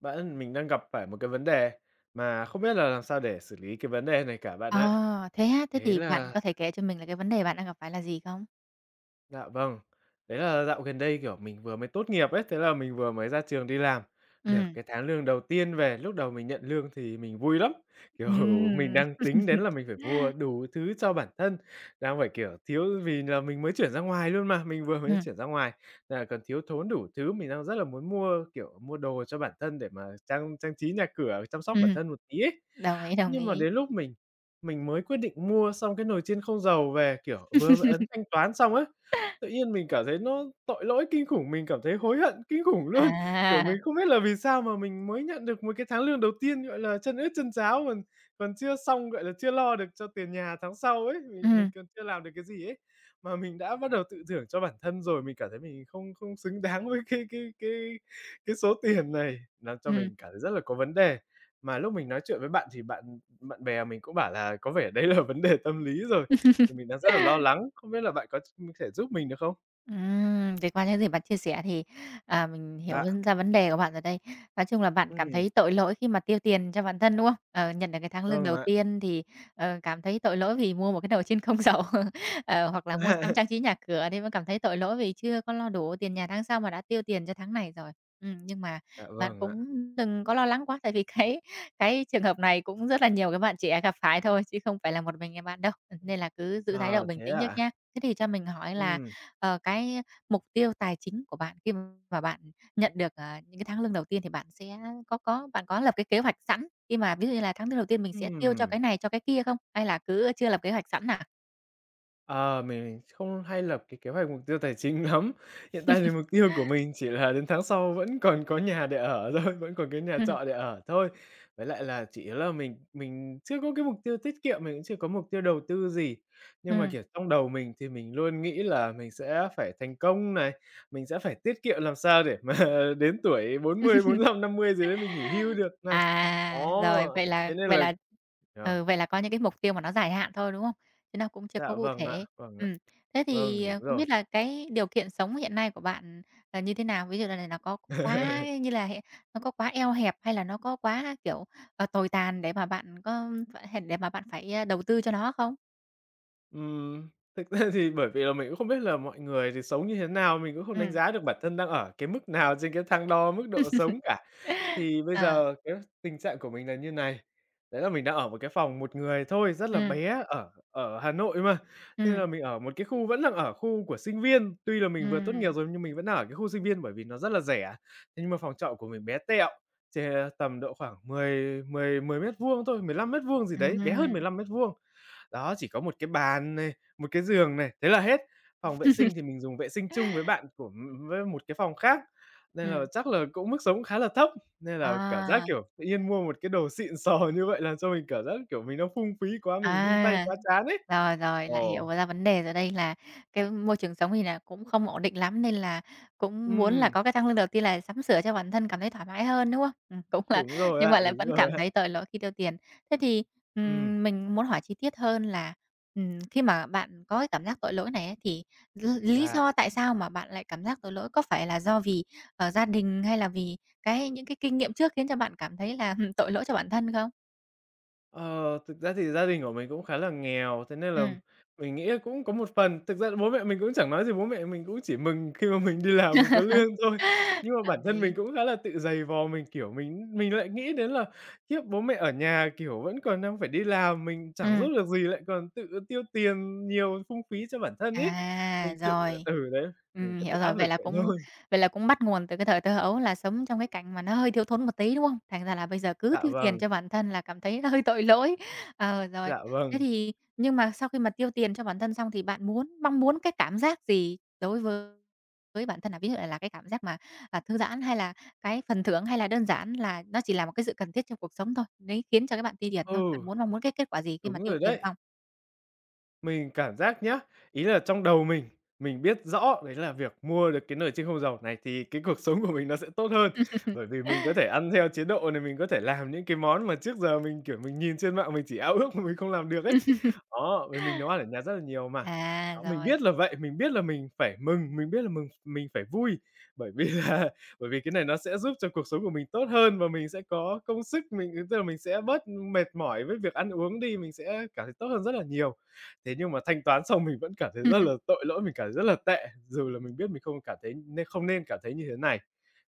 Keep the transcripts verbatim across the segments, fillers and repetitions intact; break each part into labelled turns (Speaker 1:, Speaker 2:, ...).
Speaker 1: Bạn, mình đang gặp phải một cái vấn đề mà không biết là làm sao để xử lý cái vấn đề này cả bạn ạ.
Speaker 2: Ờ, thế á? Thế
Speaker 1: Đấy
Speaker 2: thì bạn
Speaker 1: là
Speaker 2: có thể kể cho mình là cái vấn đề bạn đang gặp phải là gì không?
Speaker 1: dạ vâng, đấy là dạo gần đây, kiểu, mình vừa mới tốt nghiệp ấy, thế là mình vừa mới ra trường đi làm, được
Speaker 2: Ừm,
Speaker 1: cái tháng lương đầu tiên về, lúc đầu mình nhận lương thì mình vui lắm, kiểu, mình
Speaker 2: ừm.
Speaker 1: đang tính đến là mình phải mua đủ thứ cho bản thân, đang phải, kiểu, thiếu vì là mình mới chuyển ra ngoài luôn mà, mình vừa mới
Speaker 2: Ừm,
Speaker 1: chuyển ra ngoài, nên là còn thiếu thốn đủ thứ, mình đang rất là muốn mua, kiểu, mua đồ cho bản thân để mà trang trang trí nhà cửa, chăm sóc bản
Speaker 2: ừm,
Speaker 1: thân một tí ấy.
Speaker 2: đồng ý, đồng
Speaker 1: Nhưng mà
Speaker 2: ý.
Speaker 1: đến lúc mình mình mới quyết định mua xong cái nồi chiên không dầu về, kiểu, vừa mới ấn thanh toán xong ấy, tự nhiên mình cảm thấy nó tội lỗi kinh khủng, mình cảm thấy hối hận kinh khủng luôn. Kiểu,
Speaker 2: À,
Speaker 1: mình không biết là vì sao mà mình mới nhận được một cái tháng lương đầu tiên, gọi là, chân ướt chân ráo, còn còn chưa xong, gọi là, chưa lo được cho tiền nhà tháng sau ấy, mình mình
Speaker 2: ừm,
Speaker 1: còn chưa làm được cái gì ấy, mà mình đã bắt đầu tự thưởng cho bản thân rồi. Mình cảm thấy mình không không xứng đáng với cái cái cái cái số tiền này, làm cho
Speaker 2: ừm.
Speaker 1: mình cảm thấy rất là có vấn đề. Mà lúc mình nói chuyện với bạn thì bạn bạn bè mình cũng bảo là có vẻ đấy là vấn đề tâm lý rồi, thì mình đang rất là lo lắng, không biết là bạn có thể giúp mình được không?
Speaker 2: Ừm, thì qua những gì bạn chia sẻ thì, à, mình hiểu
Speaker 1: Dạ,
Speaker 2: hơn ra vấn đề của bạn rồi đây. Nói chung là bạn cảm
Speaker 1: ừm.
Speaker 2: thấy tội lỗi khi mà tiêu tiền cho bản thân, đúng không? Ờ, nhận được cái tháng lương
Speaker 1: Vâng
Speaker 2: đầu
Speaker 1: ạ.
Speaker 2: tiên thì, ờ, cảm thấy tội lỗi vì mua một cái nồi chiên không dầu, ờ, hoặc là mua sắm trang trí nhà cửa thì vẫn cảm thấy tội lỗi vì chưa có lo đủ tiền nhà tháng sau mà đã tiêu tiền cho tháng này rồi. Ừm, nhưng mà
Speaker 1: Dạ
Speaker 2: bạn
Speaker 1: vâng ạ.
Speaker 2: cũng đừng có lo lắng quá tại vì cái cái trường hợp này cũng rất là nhiều các bạn trẻ gặp phải thôi chứ không phải là một mình em bạn đâu, nên là cứ giữ thái độ
Speaker 1: Ờ,
Speaker 2: bình
Speaker 1: thế
Speaker 2: tĩnh trước
Speaker 1: à?
Speaker 2: nhá. Thế thì cho mình hỏi là
Speaker 1: Ừm,
Speaker 2: ờ, cái mục tiêu tài chính của bạn khi mà bạn nhận được, ờ, những cái tháng lương đầu tiên thì bạn sẽ có có bạn có lập cái kế hoạch sẵn khi mà ví dụ như là tháng lương đầu tiên mình sẽ tiêu cho
Speaker 1: ừm.
Speaker 2: cái này, cho cái kia không? Hay là cứ chưa lập kế hoạch sẵn à?
Speaker 1: Ờ, mình không hay lập cái kế hoạch mục tiêu tài chính lắm. Hiện tại thì mục tiêu của mình chỉ là đến tháng sau vẫn còn có nhà để ở thôi, vẫn còn cái nhà
Speaker 2: Ừm,
Speaker 1: trọ để ở thôi. Với lại là chủ yếu là mình mình chưa có cái mục tiêu tiết kiệm, mình cũng chưa có mục tiêu đầu tư gì. Nhưng mà,
Speaker 2: ừm.
Speaker 1: kiểu, trong đầu mình thì mình luôn nghĩ là mình sẽ phải thành công này, mình sẽ phải tiết kiệm làm sao để mà đến tuổi bốn mươi, năm mươi gì đấy mình nghỉ hưu được này.
Speaker 2: À, rồi,
Speaker 1: Đó,
Speaker 2: vậy là
Speaker 1: thế nên
Speaker 2: vậy
Speaker 1: là
Speaker 2: là
Speaker 1: ờ,
Speaker 2: ừ, vậy là có những cái mục tiêu mà nó dài hạn thôi, đúng không? Chứ nó cũng chưa có
Speaker 1: dạ
Speaker 2: cụ
Speaker 1: vâng ạ,
Speaker 2: thể.
Speaker 1: vâng ạ,
Speaker 2: Ừm, thế
Speaker 1: vâng,
Speaker 2: thì,
Speaker 1: đúng
Speaker 2: ờ, không biết
Speaker 1: rồi.
Speaker 2: là cái điều kiện sống hiện nay của bạn là như thế nào? Ví dụ là nó có quá như là hiện nó có quá eo hẹp hay là nó có quá, kiểu, ờ, tồi tàn để mà bạn có phải để mà bạn phải, a, đầu tư cho nó không?
Speaker 1: Ừm, thực ra thì bởi vì là mình cũng không biết là mọi người thì sống như thế nào, mình cũng không đánh
Speaker 2: Ừm.
Speaker 1: giá được bản thân đang ở cái mức nào trên cái thang đo mức độ sống cả. Thì bây
Speaker 2: Ờ,
Speaker 1: giờ cái tình trạng của mình là như này, đấy là mình đang ở một cái phòng một người thôi, rất là
Speaker 2: ừm,
Speaker 1: bé ở ở Hà Nội mà, nên
Speaker 2: ừm,
Speaker 1: là mình ở một cái khu vẫn đang ở khu của sinh viên. Tuy là
Speaker 2: ừm,
Speaker 1: mình vừa tốt nghiệp
Speaker 2: ừm.
Speaker 1: rồi nhưng mình vẫn đang ở cái khu sinh viên bởi vì nó rất là rẻ. Thế nhưng mà phòng trọ của mình bé tẹo, chà, tầm độ khoảng mười mười mười mét vuông thôi, mười lăm mét vuông gì đấy, bé hơn mười lăm mét vuông. Đó, chỉ có một cái bàn này, một cái giường này, thế là hết.
Speaker 2: Ừm,
Speaker 1: Phòng vệ sinh thì mình dùng vệ sinh chung với bạn của với một cái phòng khác, nên là chắc là cũng mức sống khá là thấp, nên là cảm giác,
Speaker 2: à,
Speaker 1: kiểu, tự nhiên mua một cái đồ xịn sò như vậy làm cho mình cảm giác, kiểu, mình đang phung phí quá, mình vung tay
Speaker 2: à.
Speaker 1: quá trán ấy.
Speaker 2: Rồi, rồi, lại hiểu
Speaker 1: Ồ,
Speaker 2: ra vấn đề rồi đây là cái môi trường sống thì là cũng không ổn định lắm, nên là cũng muốn là
Speaker 1: ừm,
Speaker 2: có cái tăng lương đầu tiên là sắm sửa cho bản thân cảm thấy thoải mái hơn, đúng không? Ừm, cũng là
Speaker 1: đúng rồi
Speaker 2: nhưng mà
Speaker 1: ạ,
Speaker 2: lại
Speaker 1: đúng
Speaker 2: vẫn
Speaker 1: rồi
Speaker 2: cảm
Speaker 1: ạ.
Speaker 2: thấy tội lỗi khi tiêu tiền. Thế thì,
Speaker 1: Ừm,
Speaker 2: ừm, mình muốn hỏi chi tiết hơn là, ừm, khi mà bạn có cái cảm giác tội lỗi này ấy, thì l lý
Speaker 1: là
Speaker 2: do tại sao mà bạn lại cảm giác tội lỗi? Có phải là do vì, ở gia đình hay là vì cái những cái kinh nghiệm trước khiến cho bạn cảm thấy là, tội lỗi cho bản thân không?
Speaker 1: Ờ, thực ra thì gia đình của mình cũng khá là nghèo, thế nên là
Speaker 2: Ừm.
Speaker 1: mình nghĩ cũng có một phần. Thực ra bố mẹ mình cũng chẳng nói gì, bố mẹ mình cũng chỉ mừng khi mà mình đi làm mình có lương thôi. Nhưng mà bản
Speaker 2: Đồng
Speaker 1: thân mình
Speaker 2: ý.
Speaker 1: cũng khá là tự dày vò, mình, kiểu, mình mình lại nghĩ đến là khiếp bố mẹ ở nhà, kiểu, vẫn còn đang phải đi làm, mình chẳng giúp
Speaker 2: Ừm.
Speaker 1: được gì lại còn tự tiêu tiền nhiều, phung phí cho bản thân ấy.
Speaker 2: À,
Speaker 1: Mình tự
Speaker 2: rồi.
Speaker 1: ừ, đấy, mình
Speaker 2: Ừm,
Speaker 1: cứ tự
Speaker 2: hiểu rồi.
Speaker 1: áp
Speaker 2: Vậy
Speaker 1: lực
Speaker 2: là
Speaker 1: vậy
Speaker 2: cũng
Speaker 1: thôi.
Speaker 2: vậy là cũng bắt nguồn từ cái thời thơ ấu là sống trong cái cảnh mà nó hơi thiếu thốn một tí, đúng không? Thành ra là bây giờ cứ
Speaker 1: Dạ
Speaker 2: tiêu tiền
Speaker 1: vâng,
Speaker 2: cho bản thân là cảm thấy hơi tội lỗi. Ờ, rồi.
Speaker 1: dạ
Speaker 2: Thế
Speaker 1: vâng.
Speaker 2: thì nhưng mà sau khi mà tiêu tiền cho bản thân xong thì bạn muốn mong muốn cái cảm giác gì đối với với bản thân là ví dụ là cái cảm giác mà, à, thư giãn hay là cái phần thưởng hay là đơn giản là nó chỉ là một cái sự cần thiết trong cuộc sống thôi, đấy khiến cho các bạn tiêu tiền thôi? Bạn
Speaker 1: Ừ,
Speaker 2: muốn mong muốn cái kết quả gì khi mà
Speaker 1: đúng
Speaker 2: tiêu
Speaker 1: rồi
Speaker 2: tiền
Speaker 1: đấy.
Speaker 2: xong?
Speaker 1: Mình cảm giác nhá, ý là trong đầu mình, mình biết rõ đấy là việc mua được cái nồi chiên không dầu này thì cái cuộc sống của mình nó sẽ tốt hơn, bởi vì mình có thể ăn theo chế độ này, mình có thể làm những cái món mà trước giờ mình, kiểu, mình nhìn trên mạng mình chỉ ao ước mà mình không làm được ấy. Đó, vì mình nấu ăn ở nhà rất là nhiều mà.
Speaker 2: À,
Speaker 1: Đó, mình
Speaker 2: rồi.
Speaker 1: biết là vậy, mình biết là mình phải mừng, mình biết là mừng mình phải vui, bởi vì là bởi vì cái này nó sẽ giúp cho cuộc sống của mình tốt hơn và mình sẽ có công sức, mình tức là mình sẽ bớt mệt mỏi với việc ăn uống đi, mình sẽ cảm thấy tốt hơn rất là nhiều. Thế nhưng mà thanh toán xong mình vẫn cảm thấy rất là tội lỗi, mình cảm thấy rất là tệ, dù là mình biết mình không cảm thấy nên không nên cảm thấy như thế này.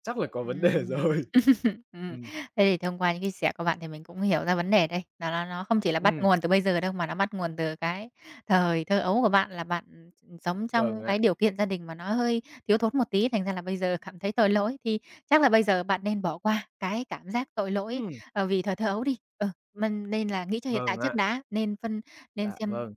Speaker 1: Chắc là có vấn đề
Speaker 2: À.
Speaker 1: rồi.
Speaker 2: Ừm.
Speaker 1: Ừm.
Speaker 2: Thế thì thông qua những cái chia sẻ của bạn thì mình cũng hiểu ra vấn đề đây, đó là nó không chỉ là bắt
Speaker 1: Ừm,
Speaker 2: nguồn từ bây giờ đâu, mà nó bắt nguồn từ cái thời thơ ấu của bạn là bạn, sống
Speaker 1: vâng
Speaker 2: trong
Speaker 1: ạ.
Speaker 2: cái điều kiện gia đình mà nó hơi thiếu thốn một tí, thành ra là bây giờ cảm thấy tội lỗi. Thì chắc là bây giờ bạn nên bỏ qua cái cảm giác tội lỗi,
Speaker 1: Ừm,
Speaker 2: ờ, vì thời thơ ấu đi. Ừ, mình nên là nghĩ cho hiện tại
Speaker 1: vâng
Speaker 2: trước
Speaker 1: ạ.
Speaker 2: đã, nên phân nên
Speaker 1: Dạ
Speaker 2: xem
Speaker 1: vâng.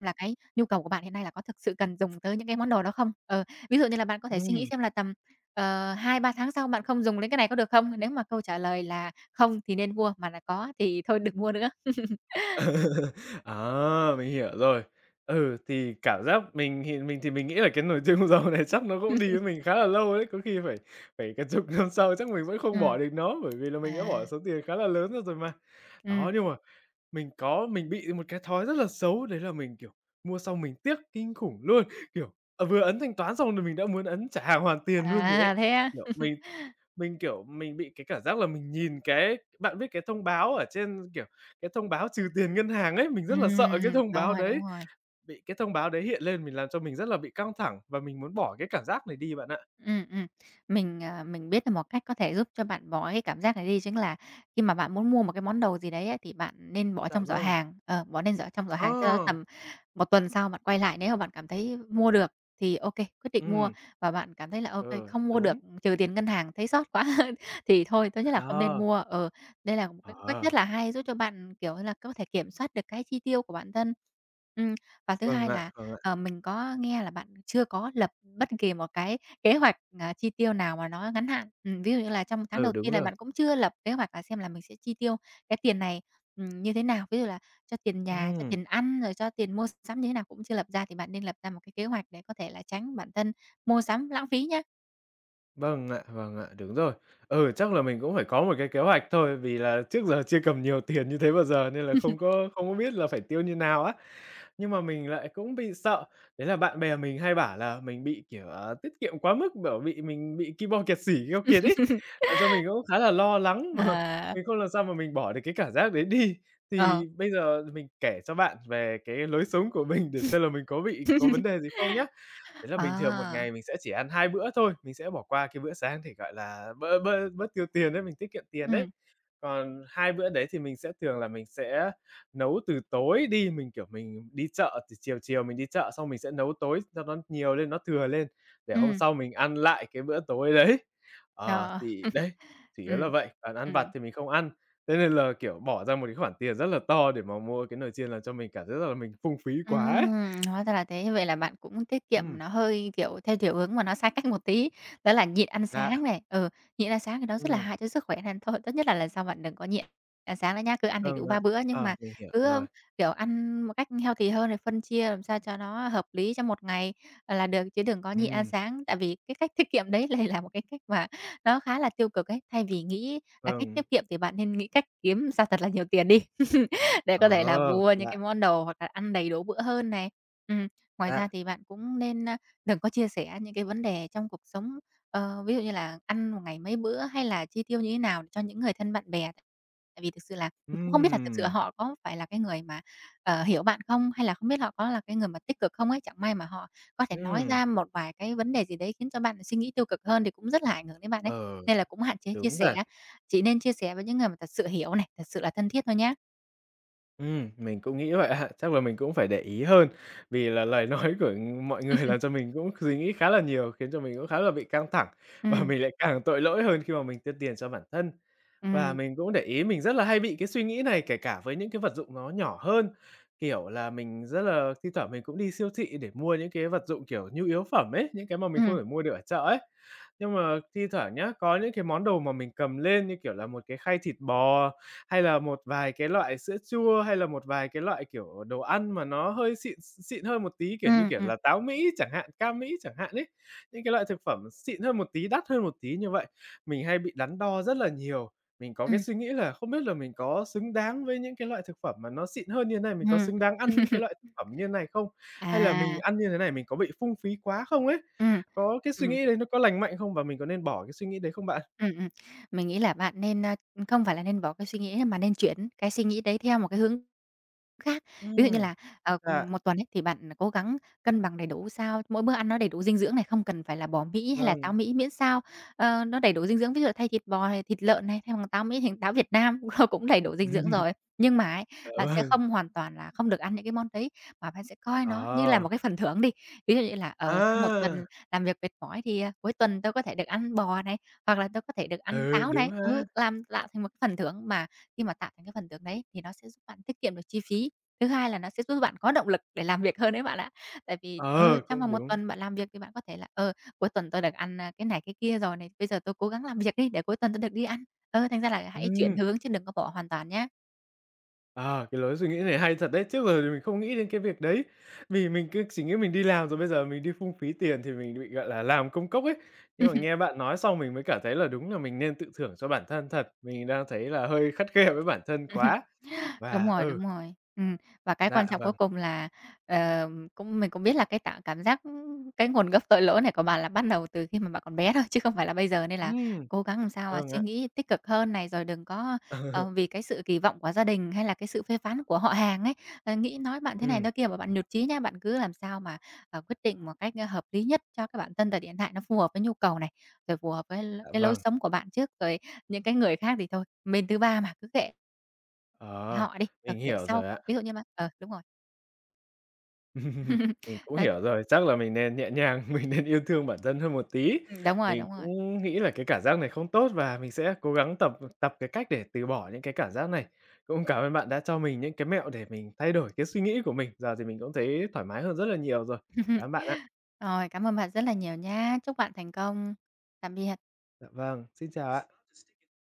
Speaker 2: là cái nhu cầu của bạn hiện nay là có thực sự cần dùng tới những cái món đồ đó không? Ờ, ví dụ như là bạn có thể suy nghĩ
Speaker 1: Ừm.
Speaker 2: xem là tầm Ờ, hai ba tháng sau bạn không dùng đến cái này có được không? Nếu mà câu trả lời là "không" thì nên mua, mà là "có" thì thôi đừng mua nữa.
Speaker 1: À, mình hiểu rồi. Ừ, thì cảm giác mình thì mình thì mình nghĩ là cái nồi chiên không dầu này chắc nó cũng đi với mình khá là lâu đấy, có khi phải phải cả chục năm sau chắc mình vẫn không
Speaker 2: Ừm,
Speaker 1: bỏ được nó, bởi vì là mình đã
Speaker 2: à,
Speaker 1: bỏ số tiền khá là lớn ra rồi mà.
Speaker 2: ừm,
Speaker 1: Đó, nhưng mà Mình có, mình bị một cái thói rất là xấu, đấy là mình, kiểu, mua xong mình tiếc kinh khủng luôn. Kiểu, ờ, vừa ấn thanh toán xong là mình đã muốn ấn trả hàng hoàn tiền luôn rồi ấy.
Speaker 2: à, thế á?
Speaker 1: Kiểu, mình mình, kiểu, mình bị cái cảm giác là mình nhìn cái bạn biết cái thông báo ở trên, kiểu, cái thông báo trừ tiền ngân hàng ấy, mình rất là sợ cái
Speaker 2: Ừm,
Speaker 1: thông
Speaker 2: đúng
Speaker 1: báo
Speaker 2: rồi, đúng
Speaker 1: đấy.
Speaker 2: rồi.
Speaker 1: Bị cái thông báo đấy hiện lên mình làm cho mình rất là bị căng thẳng và mình muốn bỏ cái cảm giác này đi bạn ạ.
Speaker 2: Ừm, ừm. Mình, ờ, mình biết là một cách có thể giúp cho bạn bỏ cái cảm giác này đi chính là khi mà bạn muốn mua một cái món đồ gì đấy ấy, thì bạn nên bỏ
Speaker 1: Dạ
Speaker 2: trong giỏ
Speaker 1: vâng.
Speaker 2: hàng, ờ, bỏ nên giỏ trong giỏ
Speaker 1: Ờ,
Speaker 2: hàng, sau đó tầm một tuần sau bạn quay lại, nếu mà bạn cảm thấy mua được thì ok quyết định mua
Speaker 1: ừm,
Speaker 2: và bạn cảm thấy là ok
Speaker 1: ờ,
Speaker 2: không mua được,
Speaker 1: đúng.
Speaker 2: trừ tiền ngân hàng thấy sót quá thì thôi, tốt nhất là không nên
Speaker 1: Ờ,
Speaker 2: mua. Ừ, đây là một cái cách rất
Speaker 1: ờ,
Speaker 2: là hay giúp cho bạn, kiểu như là, có thể kiểm soát được cái chi tiêu của bản thân. Ừm, và thứ
Speaker 1: vâng
Speaker 2: hai
Speaker 1: ạ,
Speaker 2: là
Speaker 1: vâng ạ.
Speaker 2: Ờ, mình có nghe là bạn chưa có lập bất kỳ một cái kế hoạch, à, chi tiêu nào mà nó ngắn hạn. Ừm, ví dụ như là trong tháng
Speaker 1: Ừ,
Speaker 2: đầu
Speaker 1: đúng
Speaker 2: tiên là
Speaker 1: rồi.
Speaker 2: bạn cũng chưa lập kế hoạch là xem là mình sẽ chi tiêu cái tiền này, ừm, như thế nào, ví dụ là cho tiền nhà, cho
Speaker 1: Ừm.
Speaker 2: tiền ăn, rồi cho tiền mua sắm như thế nào cũng chưa lập ra thì bạn nên lập ra một cái kế hoạch để có thể là tránh bản thân mua sắm lãng phí nhá.
Speaker 1: Vâng ạ, vâng ạ, đúng rồi. Ừ, chắc là mình cũng phải có một cái kế hoạch thôi, vì là trước giờ chưa cầm nhiều tiền như thế bao giờ nên là không có không có biết là phải tiêu như nào á. Nhưng mà mình lại cũng bị sợ, đấy là bạn bè mình hay bảo là mình bị, kiểu, ờ, tiết kiệm quá mức, bảo bị mình bị ki bo kẹt xỉ, keo kiệt ấy, làm cho mình cũng khá là lo lắng mà
Speaker 2: Ờ,
Speaker 1: mình không làm sao mà mình bỏ được cái cảm giác đấy đi.
Speaker 2: ờ,
Speaker 1: Thì bây giờ mình kể cho bạn về cái lối sống của mình để xem là mình có bị có vấn đề gì không nhá. Đấy là bình thường một
Speaker 2: à,
Speaker 1: ngày mình sẽ chỉ ăn hai bữa thôi, mình sẽ bỏ qua cái bữa sáng để, gọi là, bớt bớt bớt tiêu tiền đấy, mình tiết kiệm tiền
Speaker 2: ừ
Speaker 1: đấy. Còn hai bữa đấy thì mình sẽ thường là mình sẽ nấu từ tối đi, mình, kiểu, mình đi chợ thì chiều chiều mình đi chợ xong mình sẽ nấu tối cho nó nhiều lên, nó thừa lên để hôm
Speaker 2: ừ
Speaker 1: sau mình ăn lại cái bữa tối đấy.
Speaker 2: trời
Speaker 1: Ờ,
Speaker 2: ơi,
Speaker 1: thì đấy, chủ yếu là
Speaker 2: ừm,
Speaker 1: vậy, còn ăn vặt
Speaker 2: ừm.
Speaker 1: thì mình không ăn, thế nên là, kiểu, bỏ ra một cái khoản tiền rất là to để mà mua cái nồi chiên làm cho mình cảm thấy rất là mình phung phí quá ấy.
Speaker 2: Ừm, hóa ra là thế. Vậy là bạn cũng tiết kiệm
Speaker 1: Ừm,
Speaker 2: nó hơi, kiểu, theo kiểu hướng mà nó sai cách một tí, đó là nhịn ăn sáng
Speaker 1: lạ.
Speaker 2: này. Ừ, nhịn ăn sáng thì nó rất là
Speaker 1: Ừm.
Speaker 2: hại cho sức khỏe nên thôi tốt nhất là lần sau bạn đừng có nhịn ăn sáng nữa nhá. Cứ ăn đầy đủ
Speaker 1: Vâng ạ.
Speaker 2: ba bữa nhưng mà
Speaker 1: Ờ, mình hiểu
Speaker 2: cứ, ưm,
Speaker 1: rồi.
Speaker 2: kiểu, ăn một cách healthy hơn rồi phân chia làm sao cho nó hợp lý trong một ngày, à, là được, chứ đừng có nhịn ăn
Speaker 1: Ừm,
Speaker 2: sáng. Tại vì cái cách tiết kiệm đấy lại là một cái cách mà nó khá là tiêu cực ấy. Thay vì nghĩ là cách
Speaker 1: vâng.
Speaker 2: tiết kiệm thì bạn nên nghĩ cách kiếm ra thật là nhiều tiền đi. Để có thể là
Speaker 1: Ờ,
Speaker 2: mua những cái
Speaker 1: lạ
Speaker 2: món đồ hoặc là ăn đầy đủ bữa hơn này. Ừm, ngoài
Speaker 1: lạ.
Speaker 2: ra thì bạn cũng nên, a, đừng có chia sẻ những cái vấn đề trong cuộc sống, ờ, ví dụ như là ăn một ngày mấy bữa hay là chi tiêu như thế nào cho những người thân bạn bè. Tại vì thực sự là mình cũng không biết là thực sự
Speaker 1: Ừm,
Speaker 2: họ có phải là cái người mà, ờ, hiểu bạn không, hay là không biết họ có là cái người mà tích cực không ấy. Chẳng may mà họ có thể nói
Speaker 1: ừm,
Speaker 2: ra một vài cái vấn đề gì đấy khiến cho bạn suy nghĩ tiêu cực hơn thì cũng rất là ảnh hưởng đến bạn ấy.
Speaker 1: ờ,
Speaker 2: Nên là cũng hạn chế chia
Speaker 1: đúng
Speaker 2: sẻ,
Speaker 1: rồi.
Speaker 2: chỉ nên chia sẻ với những người mà thật sự hiểu này, thật sự là thân thiết thôi nhé.
Speaker 1: Ừm, mình cũng nghĩ vậy ạ. Chắc là mình cũng phải để ý hơn, vì là lời nói của mọi người làm cho mình cũng suy nghĩ khá là nhiều, khiến cho mình cũng khá là bị căng thẳng và
Speaker 2: Ừm,
Speaker 1: mình lại càng tội lỗi hơn khi mà mình tiêu tiền cho bản thân. Và
Speaker 2: ừm,
Speaker 1: mình cũng để ý mình rất là hay bị cái suy nghĩ này, kể cả với những cái vật dụng nó nhỏ hơn, kiểu là, mình rất là thi thoảng mình cũng đi siêu thị để mua những cái vật dụng, kiểu, nhu yếu phẩm ấy, những cái mà mình không
Speaker 2: ừm,
Speaker 1: thể mua được ở chợ ấy. Nhưng mà thi thoảng nhá, có những cái món đồ mà mình cầm lên như kiểu là một cái khay thịt bò hay là một vài cái loại sữa chua, hay là một vài cái loại, kiểu, đồ ăn mà nó hơi xịn x xịn hơn một tí, kiểu như,
Speaker 2: ừm,
Speaker 1: kiểu
Speaker 2: ừm,
Speaker 1: là, táo Mỹ chẳng hạn, cam Mỹ chẳng hạn ấy. Những cái loại thực phẩm xịn hơn một tí, đắt hơn một tí như vậy, mình hay bị đắn đo rất là nhiều. Mình có cái
Speaker 2: ừm,
Speaker 1: suy nghĩ là không biết là mình có xứng đáng với những cái loại thực phẩm mà nó xịn hơn như thế này, mình có
Speaker 2: ừm.
Speaker 1: xứng đáng ăn những cái loại thực phẩm như thế này không? Hay là mình
Speaker 2: À,
Speaker 1: ăn như thế này mình có bị phung phí quá không ấy?
Speaker 2: ừm,
Speaker 1: Có cái suy
Speaker 2: ừm,
Speaker 1: nghĩ đấy nó có lành mạnh không và mình có nên bỏ cái suy nghĩ đấy không bạn?
Speaker 2: ừm, ừm. Mình nghĩ là bạn nên, a không phải là nên bỏ cái suy nghĩ mà nên chuyển cái suy nghĩ đấy theo một cái hướng Khác. Ví dụ như
Speaker 1: Ừm.
Speaker 2: là, ờ,
Speaker 1: Dạ,
Speaker 2: ừm, tuần ấy thì bạn cố gắng cân bằng đầy đủ sao mỗi bữa ăn nó đầy đủ dinh dưỡng này, không cần phải là bò Mỹ hay là
Speaker 1: vâng.
Speaker 2: táo Mỹ, miễn sao, ờ, nó đầy đủ dinh dưỡng. Ví dụ là thay thịt bò hay thịt lợn này, thay bằng táo Mỹ thành táo Việt Nam, nó cũng đầy đủ dinh dưỡng rồi. Nhưng mà ấy,
Speaker 1: Dạ
Speaker 2: bạn sẽ
Speaker 1: vâng.
Speaker 2: không hoàn toàn là không được ăn những cái món đấy, mà bạn sẽ coi nó như là
Speaker 1: Ờ,
Speaker 2: một cái phần thưởng đi. Ví dụ như là, ở sau một
Speaker 1: à,
Speaker 2: tuần làm việc mệt mỏi thì, à, cuối tuần tôi có thể được ăn bò này, hoặc là tôi có thể được ăn
Speaker 1: ừ,
Speaker 2: táo
Speaker 1: đúng
Speaker 2: này.
Speaker 1: ha.
Speaker 2: Ừ, làm tạo thành một cái phần thưởng mà khi mà tạo thành cái phần thưởng đấy thì nó sẽ giúp bạn tiết kiệm được chi phí. Thứ hai là nó sẽ giúp bạn có động lực để làm việc hơn đấy bạn ạ. Tại vì, ừ,
Speaker 1: Ờ,
Speaker 2: trong
Speaker 1: cũng
Speaker 2: vòng một
Speaker 1: đúng.
Speaker 2: tuần bạn làm việc thì bạn có thể là "Ờ, cuối tuần tôi được ăn, a, cái này cái kia rồi này, bây giờ tôi cố gắng làm việc đi để cuối tuần tôi được đi ăn." Ờ, thành ra là hãy chuyển
Speaker 1: Ừm,
Speaker 2: hướng chứ đừng có bỏ hoàn toàn nhé.
Speaker 1: ờ, cái lối suy nghĩ này hay thật đấy, trước giờ thì mình không nghĩ đến cái việc đấy, vì mình cứ chỉ nghĩ mình đi làm rồi bây giờ mình đi phung phí tiền thì mình bị, gọi là, làm công cốc ấy. Nhưng mà nghe bạn nói xong mình mới cảm thấy là đúng là mình nên tự thưởng cho bản thân thật, mình đang thấy là hơi khắt khe với bản thân quá
Speaker 2: Đúng
Speaker 1: và
Speaker 2: rồi,
Speaker 1: ừ,
Speaker 2: đúng rồi. Ừm, và cái quan
Speaker 1: dạ
Speaker 2: trọng cuối
Speaker 1: vâng,
Speaker 2: cùng là, ờ, cũng mình cũng biết là cái tạo cảm giác cái nguồn gốc tội lỗi này của bạn là bắt đầu từ khi mà bạn còn bé thôi, chứ không phải là bây giờ, nên là
Speaker 1: ừm,
Speaker 2: cố gắng làm sao, mà
Speaker 1: vâng
Speaker 2: suy
Speaker 1: ạ.
Speaker 2: nghĩ tích cực hơn này, rồi đừng có, ờ, vì cái sự kỳ vọng của gia đình hay là cái sự phê phán của họ hàng ấy, ờ, nghĩ nói bạn thế này
Speaker 1: Ừm,
Speaker 2: nói kia mà bạn nhụt chí nha. Bạn cứ làm sao mà, ờ, quyết định một cách, ơ, hợp lý nhất cho cái bản thân thời hiện tại nó phù hợp với nhu cầu này, rồi phù hợp với l
Speaker 1: dạ
Speaker 2: cái lối
Speaker 1: vâng,
Speaker 2: sống của bạn trước, rồi những cái người khác thì thôi, bên thứ ba mà, cứ kệ.
Speaker 1: ờ,
Speaker 2: Họ đi, ờ,
Speaker 1: mình
Speaker 2: để
Speaker 1: hiểu
Speaker 2: sau,
Speaker 1: rồi ạ.
Speaker 2: ví dụ như mà ờ, đúng rồi.
Speaker 1: Ừm, mình cũng
Speaker 2: Đấy,
Speaker 1: hiểu rồi, chắc là mình nên nhẹ nhàng, mình nên yêu thương bản thân hơn một tí.
Speaker 2: ừm, đúng rồi,
Speaker 1: Mình
Speaker 2: đúng rồi.
Speaker 1: cũng nghĩ là cái cảm giác này không tốt và mình sẽ cố gắng tập tập cái cách để từ bỏ những cái cảm giác này. Cũng cảm ơn bạn đã cho mình những cái mẹo để mình thay đổi cái suy nghĩ của mình. Giờ thì mình cũng thấy thoải mái hơn rất là nhiều rồi. Cảm ơn bạn ạ.
Speaker 2: Rồi, cảm ơn bạn rất là nhiều nhá. Chúc bạn thành công. Tạm biệt.
Speaker 1: Dạ vâng, xin chào ạ.